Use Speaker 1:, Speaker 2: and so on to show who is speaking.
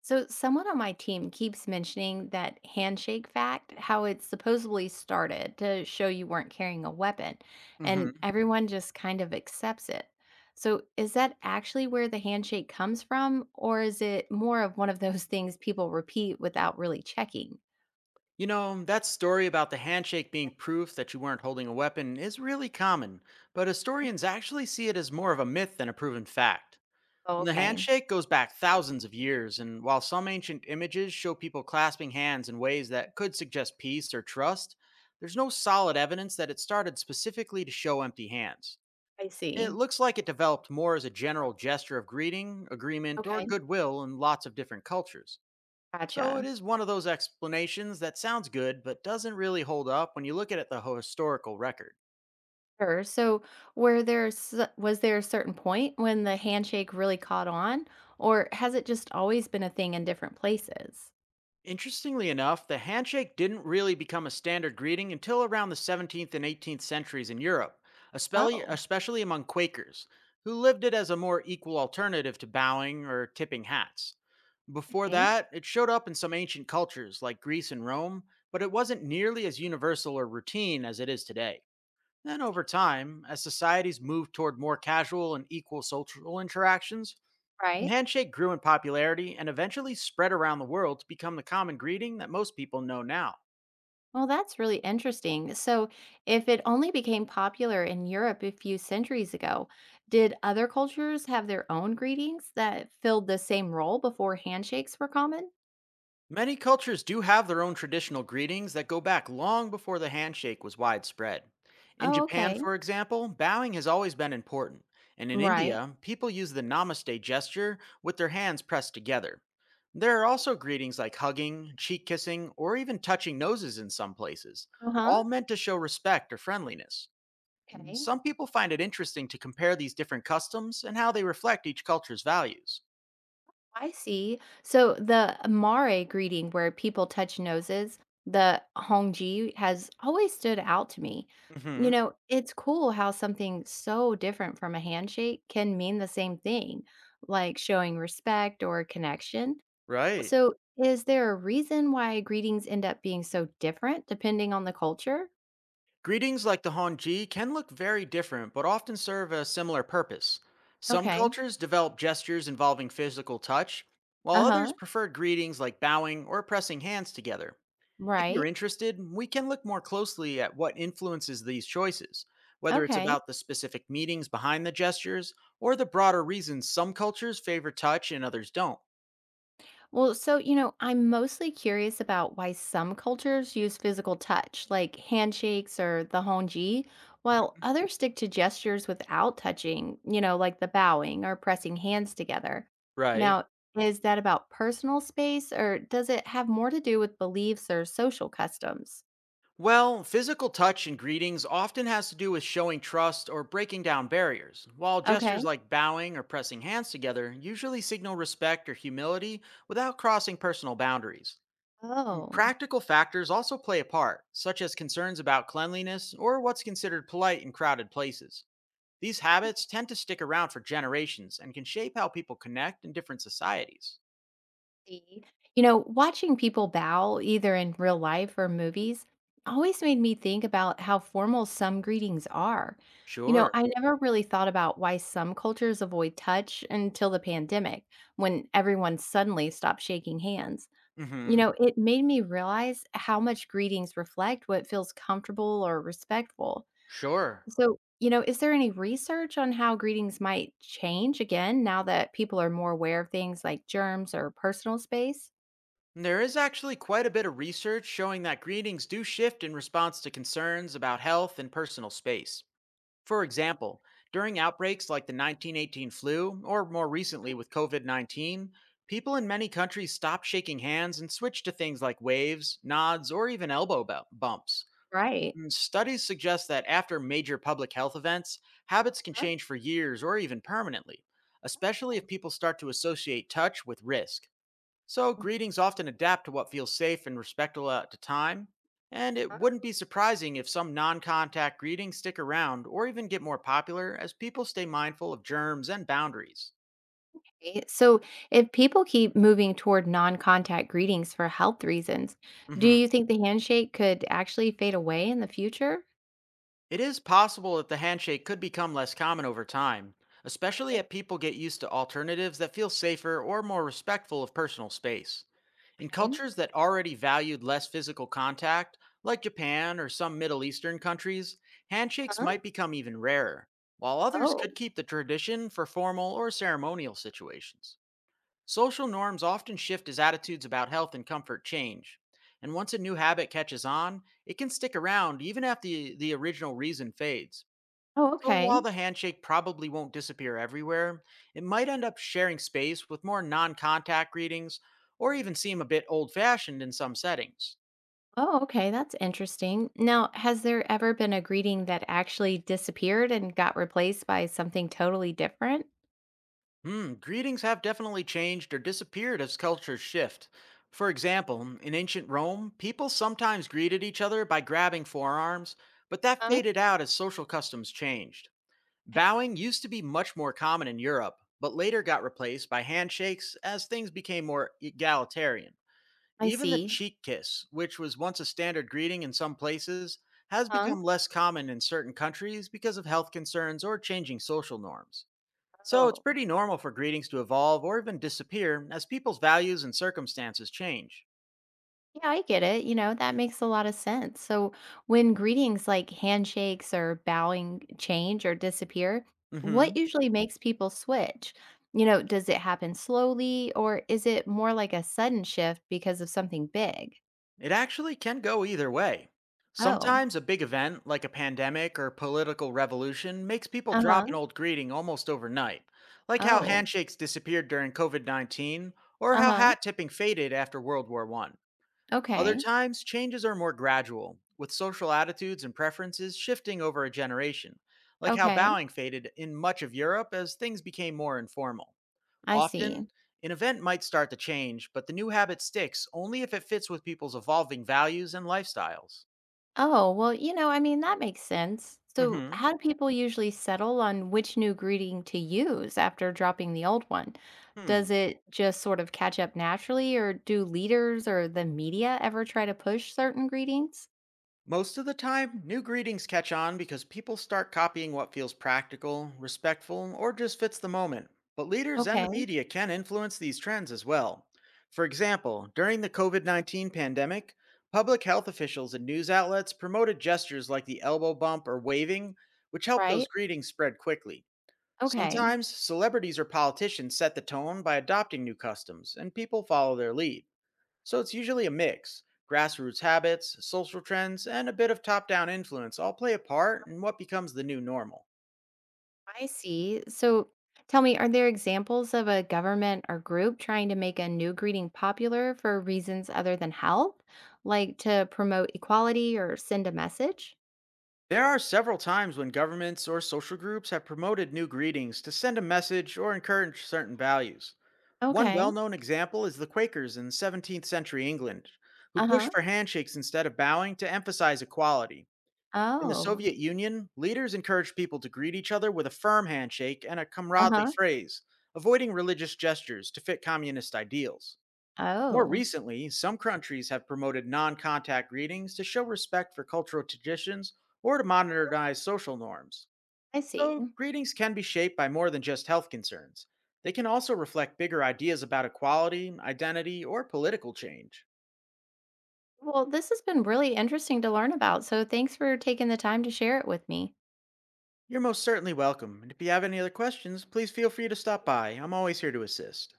Speaker 1: So, someone on my team keeps mentioning that handshake fact, how it supposedly started to show you weren't carrying a weapon, and
Speaker 2: Hmm.
Speaker 1: everyone just kind of accepts it. So, is that actually where the handshake comes from, or is it more of one of those things people repeat without really checking?
Speaker 2: You know, that story about the handshake being proof that you weren't holding a weapon is really common, but historians actually see it as more of a myth than a proven fact.
Speaker 1: Oh,
Speaker 2: The
Speaker 1: okay.
Speaker 2: handshake goes back thousands of years, and while some ancient images show people clasping hands in ways that could suggest peace or trust, there's no solid evidence that it started specifically to show empty hands.
Speaker 1: I
Speaker 2: It
Speaker 1: see.
Speaker 2: looks like it developed more as a general gesture of greeting, agreement, or
Speaker 1: Okay.
Speaker 2: goodwill in lots of different cultures. So it
Speaker 1: Gotcha.
Speaker 2: is one of those explanations that sounds good but doesn't really hold up when you look at it the historical record.
Speaker 1: Sure. So, was there a certain point when the handshake really caught on, or has it just always been a thing in different places?
Speaker 2: Interestingly enough, the handshake didn't really become a standard greeting until around the 17th and 18th centuries in Europe, especially
Speaker 1: Oh,
Speaker 2: especially among Quakers, who lived it as a more equal alternative to bowing or tipping hats. Before
Speaker 1: okay.
Speaker 2: that, it showed up in some ancient cultures like Greece and Rome, but it wasn't nearly as universal or routine as it is today. Then over
Speaker 1: See.
Speaker 2: time, as societies moved toward more casual and equal social interactions, the
Speaker 1: Right.
Speaker 2: handshake grew in popularity and eventually spread around the world to become the common greeting that most people know now.
Speaker 1: Well, that's really interesting. So, if it only became popular in Europe a few centuries ago, did other cultures have their own greetings that filled the same role before handshakes were common?
Speaker 2: Many cultures do have their own traditional greetings that go back long before the handshake was widespread. In
Speaker 1: Oh,
Speaker 2: Japan,
Speaker 1: okay.
Speaker 2: for example, bowing has always been important, and in
Speaker 1: Right.
Speaker 2: India, people use the namaste gesture with their hands pressed together. There are also greetings like hugging, cheek kissing, or even touching noses in some places,
Speaker 1: Uh huh.
Speaker 2: all meant to show respect or friendliness.
Speaker 1: Okay.
Speaker 2: Some people find it interesting to compare these different customs and how they reflect each culture's values.
Speaker 1: I see. So the Mare greeting where people touch noses, the Hongji has always stood out to me. You
Speaker 2: Hmm.
Speaker 1: know, it's cool how something so different from a handshake can mean the same thing, like showing respect or connection.
Speaker 2: Right.
Speaker 1: So is there a reason why greetings end up being so different depending on the culture?
Speaker 2: Greetings like the Honji can look very different, but often serve a similar purpose. Some
Speaker 1: Okay.
Speaker 2: cultures develop gestures involving physical touch, while
Speaker 1: Uh-huh.
Speaker 2: others prefer greetings like bowing or pressing hands together. If you're
Speaker 1: Right.
Speaker 2: interested, we can look more closely at what influences these choices, whether it's
Speaker 1: Okay.
Speaker 2: about the specific meanings behind the gestures or the broader reasons some cultures favor touch and others don't.
Speaker 1: Well, so, I'm mostly curious about why some cultures use physical touch, like handshakes or the honji, while others stick to gestures without touching, like the bowing or pressing hands together.
Speaker 2: Right.
Speaker 1: Now, is that about personal space or does it have more to do with beliefs or social customs?
Speaker 2: Well, physical touch and greetings often has to do with showing trust or breaking down barriers, while
Speaker 1: Okay.
Speaker 2: gestures like bowing or pressing hands together usually signal respect or humility without crossing personal boundaries.
Speaker 1: Oh.
Speaker 2: Practical factors also play a part, such as concerns about cleanliness or what's considered polite in crowded places. These habits tend to stick around for generations and can shape how people connect in different societies.
Speaker 1: See. You know, watching people bow, either in real life or movies, always made me think about how formal some greetings are. You know,
Speaker 2: Sure.
Speaker 1: I never really thought about why some cultures avoid touch until the pandemic, when everyone suddenly stopped shaking hands. You
Speaker 2: Mhm.
Speaker 1: know, it made me realize how much greetings reflect what feels comfortable or respectful.
Speaker 2: Sure.
Speaker 1: So, is there any research on how greetings might change again now that people are more aware of things like germs or personal space?
Speaker 2: There is actually quite a bit of research showing that greetings do shift in response to concerns about health and personal space. For example, during outbreaks like the 1918 flu, or more recently with COVID-19, people in many countries stopped shaking hands and switched to things like waves, nods, or even elbow bumps.
Speaker 1: Right.
Speaker 2: And studies suggest that after major public health events, habits can change for years or even permanently, especially if
Speaker 1: Oh,
Speaker 2: people start to associate touch with risk. So, greetings often adapt to what feels safe and respectful at the time, and it wouldn't be surprising if some non contact greetings stick around or even get more popular as people stay mindful of germs and boundaries.
Speaker 1: alright. So if people keep moving toward non-contact greetings for health reasons, do
Speaker 2: Hmm.
Speaker 1: you think the handshake could actually fade away in the future?
Speaker 2: It is possible that the handshake could become less common over time, especially
Speaker 1: Okay.
Speaker 2: if people get used to alternatives that feel safer or more respectful of personal space. In
Speaker 1: Okay.
Speaker 2: cultures that already valued less physical contact, like Japan or some Middle Eastern countries, handshakes
Speaker 1: Huh.
Speaker 2: might become even rarer, while others
Speaker 1: Oh.
Speaker 2: could keep the tradition for formal or ceremonial situations. Social norms often shift as attitudes about health and comfort change. And once a new habit catches on, it can stick around even after the original reason fades.
Speaker 1: Oh,
Speaker 2: So
Speaker 1: okay.
Speaker 2: while the handshake probably won't disappear everywhere, it might end up sharing space with more non contact greetings or even seem a bit old fashioned in some settings.
Speaker 1: Oh, okay. That's interesting. Now, has there ever been a greeting that actually disappeared and got replaced by something totally different?
Speaker 2: Hmm, greetings have definitely changed or disappeared as cultures shift. For example, in ancient Rome, people sometimes greeted each other by grabbing forearms, but that
Speaker 1: Huh.
Speaker 2: faded out as social customs changed.
Speaker 1: Okay.
Speaker 2: Bowing used to be much more common in Europe, but later got replaced by handshakes as things became more egalitarian.
Speaker 1: I
Speaker 2: Even the
Speaker 1: see.
Speaker 2: cheek kiss, which was once a standard greeting in some places, has
Speaker 1: Huh?
Speaker 2: become less common in certain countries because of health concerns or changing social norms. So it's
Speaker 1: Oh.
Speaker 2: pretty normal for greetings to evolve or even disappear as people's values and circumstances change.
Speaker 1: Yeah, I get it. You know, that makes a lot of sense. So, when greetings like handshakes or bowing change or disappear, what
Speaker 2: Hmm.
Speaker 1: usually makes people switch? You know, does it happen slowly or is it more like a sudden shift because of something big?
Speaker 2: It actually can go either way.
Speaker 1: Oh,
Speaker 2: Sometimes a big event, like a pandemic or political revolution, makes people
Speaker 1: uh
Speaker 2: drop
Speaker 1: huh.
Speaker 2: an old greeting almost overnight, like how
Speaker 1: Oh,
Speaker 2: handshakes disappeared during COVID-19 or
Speaker 1: uh
Speaker 2: how
Speaker 1: huh.
Speaker 2: hat tipping faded after World War One. Other
Speaker 1: Okay.
Speaker 2: times, changes are more gradual, with social attitudes and preferences shifting over a generation, like how
Speaker 1: Okay.
Speaker 2: bowing faded in much of Europe as things became more informal.
Speaker 1: I see.
Speaker 2: Often, an event might start to change, but the new habit sticks only if it fits with people's evolving values and lifestyles.
Speaker 1: Oh, well, I mean, that makes sense. So,
Speaker 2: Hmm.
Speaker 1: how do people usually settle on which new greeting to use after dropping the old one?
Speaker 2: Hmm.
Speaker 1: Does it just sort of catch up naturally, or do leaders or the media ever try to push certain greetings?
Speaker 2: Most of the time, new greetings catch on because people start copying what feels practical, respectful, or just fits the moment. But leaders and
Speaker 1: Okay,
Speaker 2: the media can influence these trends as well. For example, during the COVID-19 pandemic, public health officials and news outlets promoted gestures like the elbow bump or waving, which helped those
Speaker 1: right.
Speaker 2: greetings spread quickly.
Speaker 1: Okay,
Speaker 2: Sometimes, celebrities or politicians set the tone by adopting new customs, and people follow their lead. So it's usually a mix. Grassroots habits, social trends, and a bit of top down influence all play a part in what becomes the new normal.
Speaker 1: I see. So, tell me, are there examples of a government or group trying to make a new greeting popular for reasons other than health, like to promote equality or send a message?
Speaker 2: There are several times when governments or social groups have promoted new greetings to send a message or encourage certain values. One
Speaker 1: Okay.
Speaker 2: well known example is the Quakers in 17th century England, who
Speaker 1: Uh
Speaker 2: pushed
Speaker 1: huh.
Speaker 2: for handshakes instead of bowing to emphasize equality. In the
Speaker 1: Oh.
Speaker 2: Soviet Union, leaders encouraged people to greet each other with a firm handshake and a comradely
Speaker 1: Uh-huh.
Speaker 2: phrase, avoiding religious gestures to fit communist ideals. More
Speaker 1: Oh,
Speaker 2: recently, some countries have promoted non contact greetings to show respect for cultural traditions or to modernize social norms.
Speaker 1: I see.
Speaker 2: So, greetings can be shaped by more than just health concerns. They can also reflect bigger ideas about equality, identity, or political change.
Speaker 1: Well, this has been really interesting to learn about, so thanks for taking the time to share it with me.
Speaker 2: You're most certainly welcome, and if you have any other questions, please feel free to stop by. I'm always here to assist.